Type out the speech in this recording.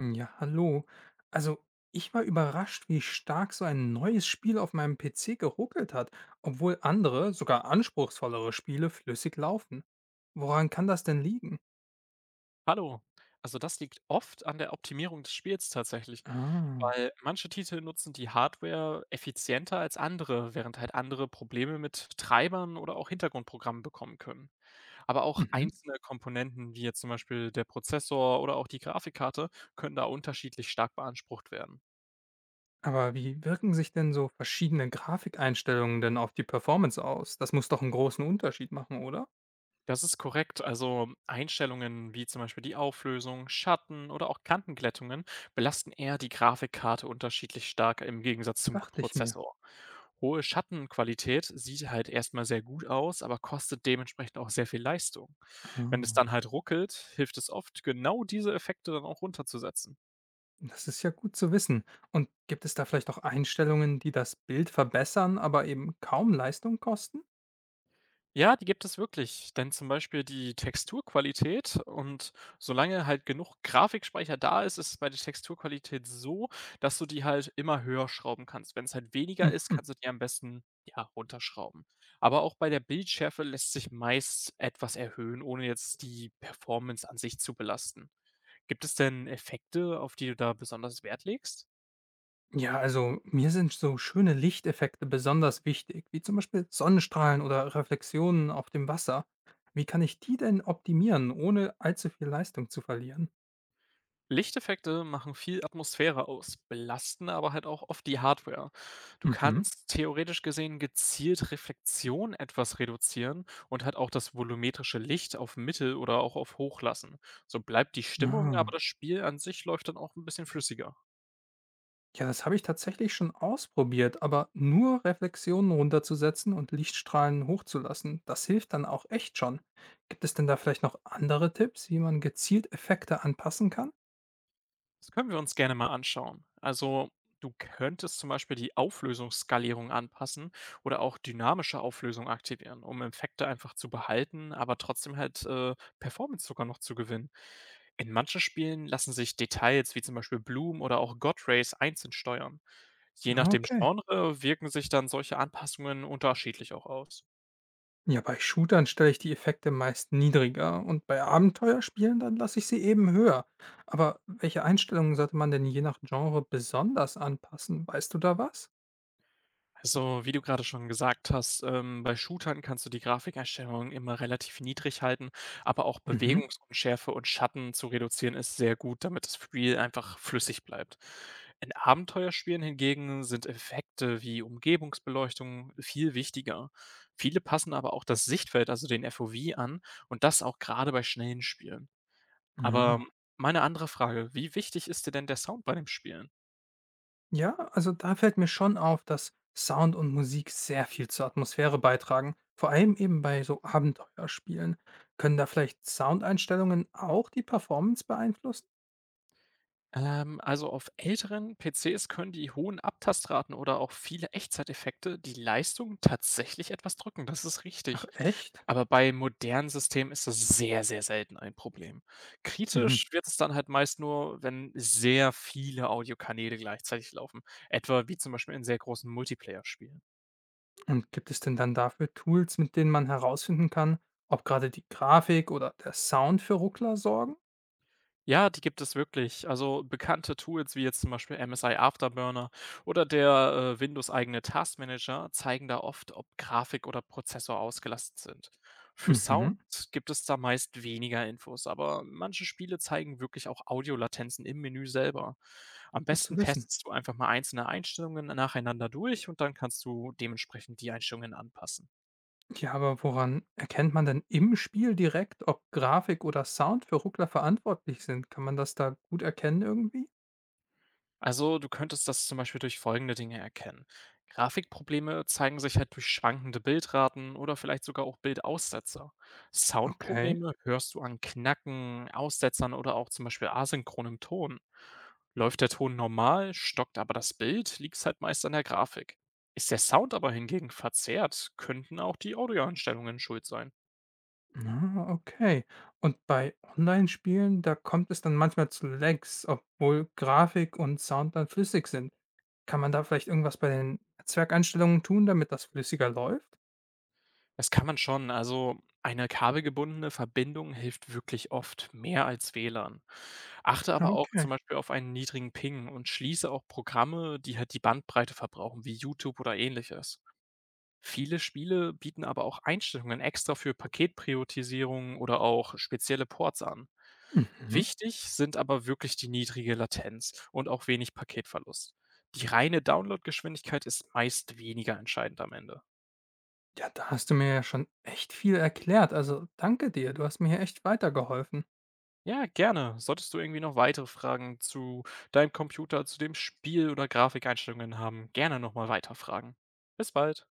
Hm, ja, hallo. Also, Ich war überrascht, wie stark so ein neues Spiel auf meinem PC geruckelt hat, obwohl andere, sogar anspruchsvollere Spiele flüssig laufen. Woran kann das denn liegen? Hallo. Also das liegt oft an der Optimierung des Spiels tatsächlich, Ah, weil manche Titel nutzen die Hardware effizienter als andere, während halt andere Probleme mit Treibern oder auch Hintergrundprogrammen bekommen können. Aber auch mhm. einzelne Komponenten, wie jetzt zum Beispiel der Prozessor oder auch die Grafikkarte, können da unterschiedlich stark beansprucht werden. Aber wie wirken sich denn so verschiedene Grafikeinstellungen denn auf die Performance aus? Das muss doch einen großen Unterschied machen, oder? Das ist korrekt. Also Einstellungen wie zum Beispiel die Auflösung, Schatten oder auch Kantenglättungen belasten eher die Grafikkarte unterschiedlich stark im Gegensatz zum Dachte ich mir. Prozessor. Hohe Schattenqualität sieht halt erstmal sehr gut aus, aber kostet dementsprechend auch sehr viel Leistung. Wenn es Ah. dann halt ruckelt, hilft es oft, genau diese Effekte dann auch runterzusetzen. Das ist ja gut zu wissen. Und gibt es da vielleicht auch Einstellungen, die das Bild verbessern, aber eben kaum Leistung kosten? Ja, die gibt es wirklich, denn zum Beispiel die Texturqualität und solange halt genug Grafikspeicher da ist, ist es bei der Texturqualität so, dass du die halt immer höher schrauben kannst. Wenn es halt weniger ist, Mhm. kannst du die am besten, ja, runterschrauben. Aber auch bei der Bildschärfe lässt sich meist etwas erhöhen, ohne jetzt die Performance an sich zu belasten. Gibt es denn Effekte, auf die du da besonders Wert legst? Ja, also mir sind so schöne Lichteffekte besonders wichtig, wie zum Beispiel Sonnenstrahlen oder Reflexionen auf dem Wasser. Wie kann ich die denn optimieren, ohne allzu viel Leistung zu verlieren? Lichteffekte machen viel Atmosphäre aus, belasten aber halt auch oft die Hardware. Du Mhm. kannst theoretisch gesehen gezielt Reflexion etwas reduzieren und halt auch das volumetrische Licht auf Mittel oder auch auf Hoch lassen. So bleibt die Stimmung, aber Ah, das Spiel an sich läuft dann auch ein bisschen flüssiger. ja, das habe ich tatsächlich schon ausprobiert, aber nur Reflexionen runterzusetzen und Lichtstrahlen hochzulassen, das hilft dann auch echt schon. Gibt es denn da vielleicht noch andere Tipps, wie man gezielt Effekte anpassen kann? Das können wir uns gerne mal anschauen. Also du könntest zum Beispiel die Auflösungsskalierung anpassen oder auch dynamische Auflösung aktivieren, um Effekte einfach zu behalten, aber trotzdem halt Performance sogar noch zu gewinnen. In manchen Spielen lassen sich Details wie zum Beispiel Bloom oder auch God Rays einzeln steuern. Je nach Ah, dem okay. Genre wirken sich dann solche Anpassungen unterschiedlich auch aus. Ja, bei Shootern stelle ich die Effekte meist niedriger und bei Abenteuerspielen dann lasse ich sie eben höher. Aber welche Einstellungen sollte man denn je nach Genre besonders anpassen? Weißt du da was? Also, wie du gerade schon gesagt hast, bei Shootern kannst du die Grafikeinstellungen immer relativ niedrig halten, aber auch Mhm. Bewegungsunschärfe und Schatten zu reduzieren ist sehr gut, damit das Spiel einfach flüssig bleibt. In Abenteuerspielen hingegen sind Effekte wie Umgebungsbeleuchtung viel wichtiger. Viele passen aber auch das Sichtfeld, also den FOV an und das auch gerade bei schnellen Spielen. Aber Ah. meine andere Frage: Wie wichtig ist dir denn der Sound bei dem Spielen? Ja, also da fällt mir schon auf, dass Sound und Musik sehr viel zur Atmosphäre beitragen. Vor allem eben bei so Abenteuerspielen. Können da vielleicht Soundeinstellungen auch die Performance beeinflussen? Also auf älteren PCs können die hohen Abtastraten oder auch viele Echtzeiteffekte die Leistung tatsächlich etwas drücken, das ist Ach richtig. echt? Aber bei modernen Systemen ist das sehr, sehr selten ein Problem. Mhm. Kritisch wird es dann halt meist nur, wenn sehr viele Audiokanäle gleichzeitig laufen, etwa wie zum Beispiel in sehr großen Multiplayer-Spielen. Und gibt es denn dann dafür Tools, mit denen man herausfinden kann, ob gerade die Grafik oder der Sound für Ruckler sorgen? Ja, die gibt es wirklich. Also bekannte Tools wie jetzt zum Beispiel MSI Afterburner oder der Windows-eigene Taskmanager zeigen da oft, ob Grafik oder Prozessor ausgelastet sind. Für Mhm, Sound gibt es da meist weniger Infos, aber manche Spiele zeigen wirklich auch Audiolatenzen im Menü selber. Am gut zu besten wissen. testest du einfach mal einzelne Einstellungen nacheinander durch und dann kannst du dementsprechend die Einstellungen anpassen. Ja, aber woran erkennt man denn im Spiel direkt, ob Grafik oder Sound für Ruckler verantwortlich sind? Kann man das da gut erkennen irgendwie? Also du könntest das zum Beispiel durch folgende Dinge erkennen. Grafikprobleme zeigen sich halt durch schwankende Bildraten oder vielleicht sogar auch Bildaussetzer. Okay. Soundprobleme hörst du an Knacken, Aussetzern oder auch zum Beispiel asynchronem Ton. Läuft der Ton normal, stockt aber das Bild, liegt es halt meist an der Grafik. Ist der Sound aber hingegen verzerrt, könnten auch die Audioeinstellungen schuld sein. Na, okay. Und bei Online-Spielen, da kommt es dann manchmal zu Lags, obwohl Grafik und Sound dann flüssig sind. Kann man da vielleicht irgendwas bei den Netzwerkeinstellungen tun, damit das flüssiger läuft? Das kann man schon. Also eine kabelgebundene Verbindung hilft wirklich oft, mehr als WLAN. Achte Ja, aber auch okay. zum Beispiel auf einen niedrigen Ping und schließe auch Programme, die halt die Bandbreite verbrauchen, wie YouTube oder ähnliches. Viele Spiele bieten aber auch Einstellungen extra für Paketpriorisierung oder auch spezielle Ports an. Mhm. Wichtig sind aber wirklich die niedrige Latenz und auch wenig Paketverlust. Die reine Downloadgeschwindigkeit ist meist weniger entscheidend am Ende. Ja, da hast du mir ja schon echt viel erklärt. Also danke dir. Du hast mir hier echt weitergeholfen. Ja, gerne. Solltest du irgendwie noch weitere Fragen zu deinem Computer, zu dem Spiel oder Grafikeinstellungen haben, gerne nochmal weiterfragen. Bis bald.